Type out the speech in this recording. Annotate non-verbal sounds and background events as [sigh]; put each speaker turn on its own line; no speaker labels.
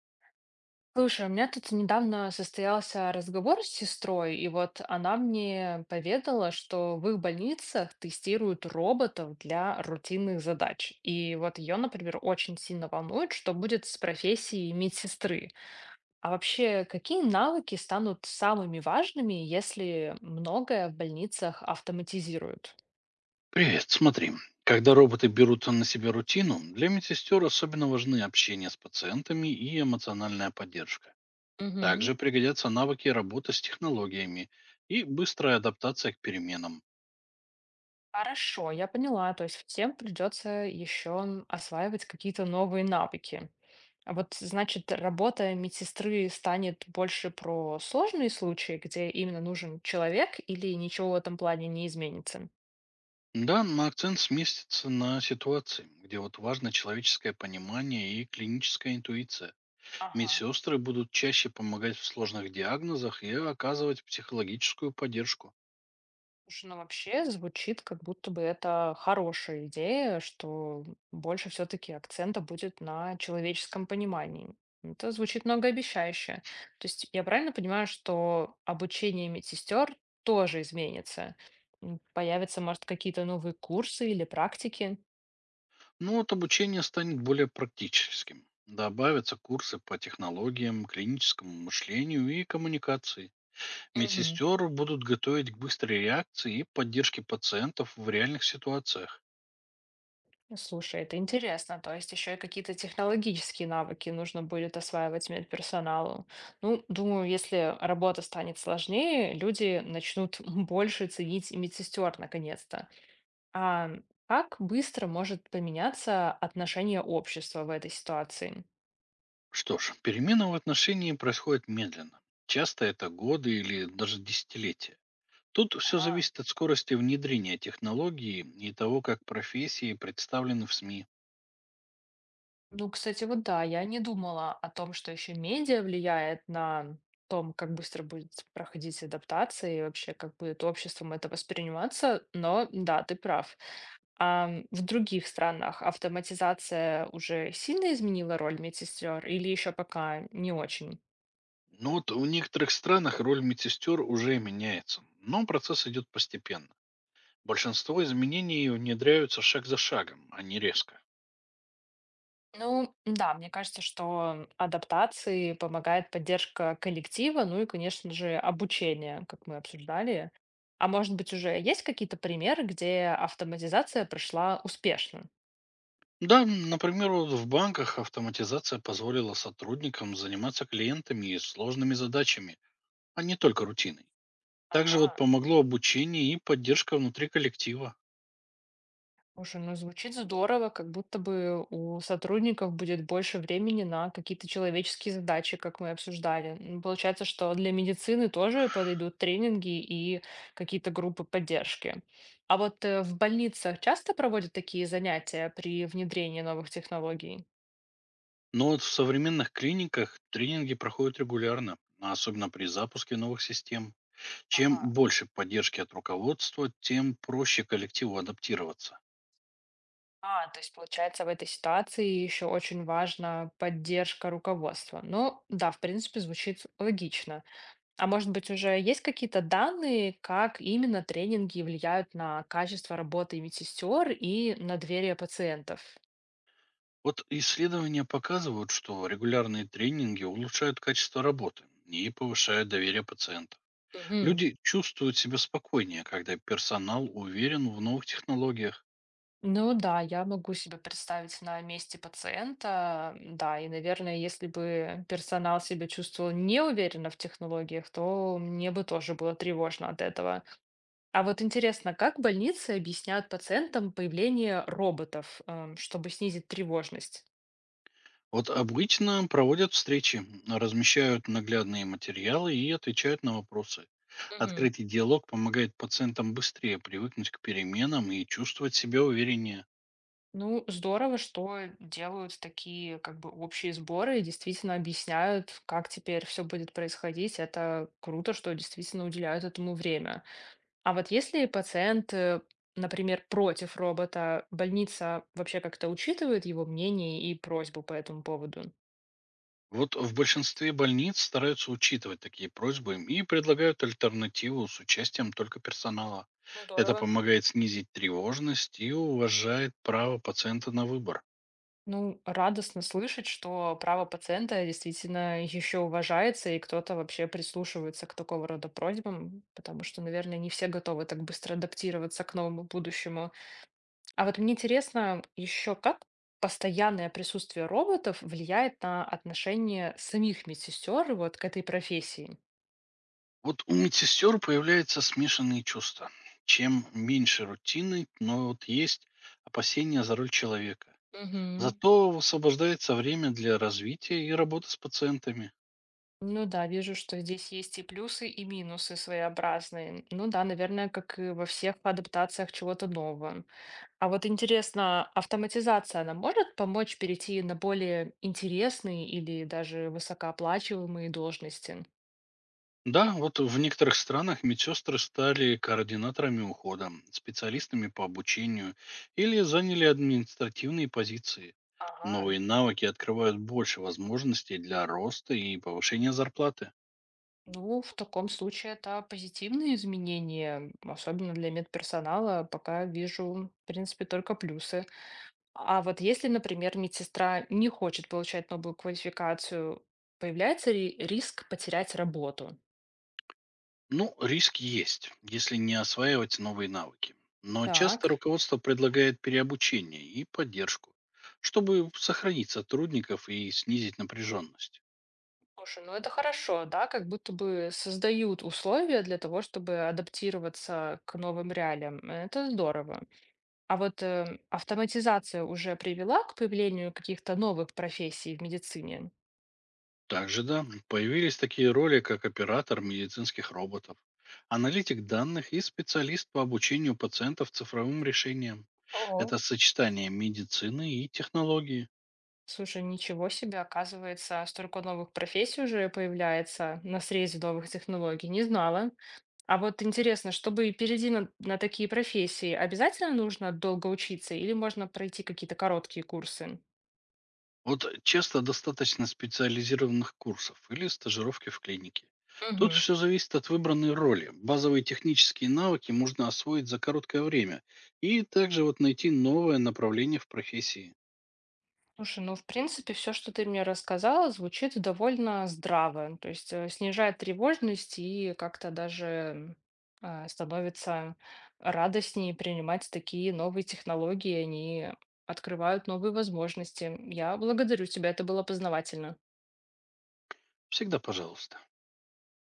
Слушай, у меня тут недавно состоялся разговор с сестрой, и вот она мне поведала, что в их больницах тестируют роботов для рутинных задач. И вот ее, например, очень сильно волнует, что будет с профессией медсестры. А вообще, какие навыки станут самыми важными, если многое в больницах автоматизируют?
Привет, смотри. Когда роботы берут на себя рутину, для медсестер особенно важны общение с пациентами и эмоциональная поддержка.
Мгм.
Также пригодятся навыки работы с технологиями и быстрая адаптация к переменам.
Хорошо, я поняла. То есть всем придется еще осваивать какие-то новые навыки. А вот, значит, работа медсестры станет больше про сложные случаи, где именно нужен человек, или ничего в этом плане не изменится?
Да, но акцент сместится на ситуации, где вот важно человеческое понимание и клиническая интуиция.
Ага.
Медсестры будут чаще помогать в сложных диагнозах и оказывать психологическую поддержку.
Слушай, ну вообще звучит, как будто бы это хорошая идея, что больше все-таки акцента будет на человеческом понимании. Это звучит многообещающе. То есть я правильно понимаю, что обучение медсестер тоже изменится? Появятся, может, какие-то новые курсы или практики?
Ну вот обучение станет более практическим. Добавятся курсы по технологиям, клиническому мышлению и коммуникации. Медсестер будут готовить к быстрой реакции и поддержке пациентов в реальных ситуациях.
Слушай, это интересно. То есть еще и какие-то технологические навыки нужно будет осваивать медперсоналу. Ну, думаю, если работа станет сложнее, люди начнут [laughs] больше ценить медсестер наконец-то. А как быстро может поменяться отношение общества в этой ситуации?
Что ж, перемены в отношении происходят медленно. Часто это годы или даже десятилетия. Тут все
Ага.
зависит от скорости внедрения технологии и того, как профессии представлены в СМИ.
Ну, кстати, вот да, я не думала о том, что еще медиа влияет на том, как быстро будет проходить адаптация и вообще, как будет обществом это восприниматься, но да, ты прав. А в других странах автоматизация уже сильно изменила роль медсестер или еще пока не очень?
Ну вот в некоторых странах роль медсестер уже меняется, но процесс идет постепенно. Большинство изменений внедряются шаг за шагом, а не резко.
Ну да, мне кажется, что адаптации помогает поддержка коллектива, ну и, конечно же, обучение, как мы обсуждали. А может быть, уже есть какие-то примеры, где автоматизация пришла успешно?
Да, например, вот в банках автоматизация позволила сотрудникам заниматься клиентами и сложными задачами, а не только рутиной. Также вот
Ага.
помогло обучение и поддержка внутри коллектива.
Слушай, ну звучит здорово, как будто бы у сотрудников будет больше времени на какие-то человеческие задачи, как мы обсуждали. Ну, получается, что для медицины тоже подойдут тренинги и какие-то группы поддержки. А вот в больницах часто проводят такие занятия при внедрении новых технологий?
Но вот в современных клиниках тренинги проходят регулярно, а особенно при запуске новых систем. Чем
Ага.
больше поддержки от руководства, тем проще коллективу адаптироваться.
А, то есть получается в этой ситуации еще очень важна поддержка руководства. Ну да, в принципе, звучит логично. А может быть, уже есть какие-то данные, как именно тренинги влияют на качество работы медсестер и на доверие пациентов?
Вот исследования показывают, что регулярные тренинги улучшают качество работы и повышают доверие пациента.
Мгм.
Люди чувствуют себя спокойнее, когда персонал уверен в новых технологиях.
Ну да, я могу себе представить на месте пациента. Да, и, наверное, если бы персонал себя чувствовал неуверенно в технологиях, то мне бы тоже было тревожно от этого. А вот интересно, как больницы объясняют пациентам появление роботов, чтобы снизить тревожность?
Вот обычно проводят встречи, размещают наглядные материалы и отвечают на вопросы.
Мгм.
Открытый диалог помогает пациентам быстрее привыкнуть к переменам и чувствовать себя увереннее.
Ну, здорово, что делают такие как бы общие сборы и действительно объясняют, как теперь все будет происходить. Это круто, что действительно уделяют этому время. А вот если пациент, например, против робота, больница вообще как-то учитывает его мнение и просьбу по этому поводу?
Вот в большинстве больниц стараются учитывать такие просьбы и предлагают альтернативу с участием только персонала. Это
Здорово.
помогает снизить тревожность и уважает право пациента на выбор.
Ну, радостно слышать, что право пациента действительно еще уважается, и кто-то вообще прислушивается к такого рода просьбам, потому что, наверное, не все готовы так быстро адаптироваться к новому будущему. А вот мне интересно еще, как постоянное присутствие роботов влияет на отношение самих медсестер вот к этой профессии?
Вот у медсестер появляются смешанные чувства. Чем меньше рутины, но вот есть опасения за роль человека.
Мгм.
Зато освобождается время для развития и работы с пациентами.
Ну да, вижу, что здесь есть и плюсы, и минусы своеобразные. Ну да, наверное, как и во всех адаптациях чего-то нового. А вот интересно, автоматизация, она может помочь перейти на более интересные или даже высокооплачиваемые должности?
Да, вот в некоторых странах медсестры стали координаторами ухода, специалистами по обучению или заняли административные позиции.
Ага.
Новые навыки открывают больше возможностей для роста и повышения зарплаты.
Ну, в таком случае это позитивные изменения, особенно для медперсонала, пока вижу, в принципе, только плюсы. А вот если, например, медсестра не хочет получать новую квалификацию, появляется ли риск потерять работу?
Ну, риск есть, если не осваивать новые навыки. Но
Так.
часто руководство предлагает переобучение и поддержку, чтобы сохранить сотрудников и снизить напряженность.
Слушай, ну это хорошо, да, как будто бы создают условия для того, чтобы адаптироваться к новым реалиям. Это здорово. А вот автоматизация уже привела к появлению каких-то новых профессий в медицине?
Также, да, появились такие роли, как оператор медицинских роботов, аналитик данных и специалист по обучению пациентов цифровым решениям.
О,
Это сочетание медицины и технологии.
слушай, ничего себе, оказывается, столько новых профессий уже появляется на срезе новых технологий. Не знала. А вот интересно, чтобы перейти на такие профессии, обязательно нужно долго учиться или можно пройти какие-то короткие курсы?
Вот часто достаточно специализированных курсов или стажировки в клинике. Тут
Мгм.
все зависит от выбранной роли. Базовые технические навыки можно освоить за короткое время и также вот найти новое направление в профессии.
Слушай, ну, в принципе, все, что ты мне рассказала, звучит довольно здраво. Ну, то есть снижает тревожность и как-то даже становится радостнее принимать такие новые технологии. Они открывают новые возможности. Я благодарю тебя, это было познавательно.
Всегда пожалуйста.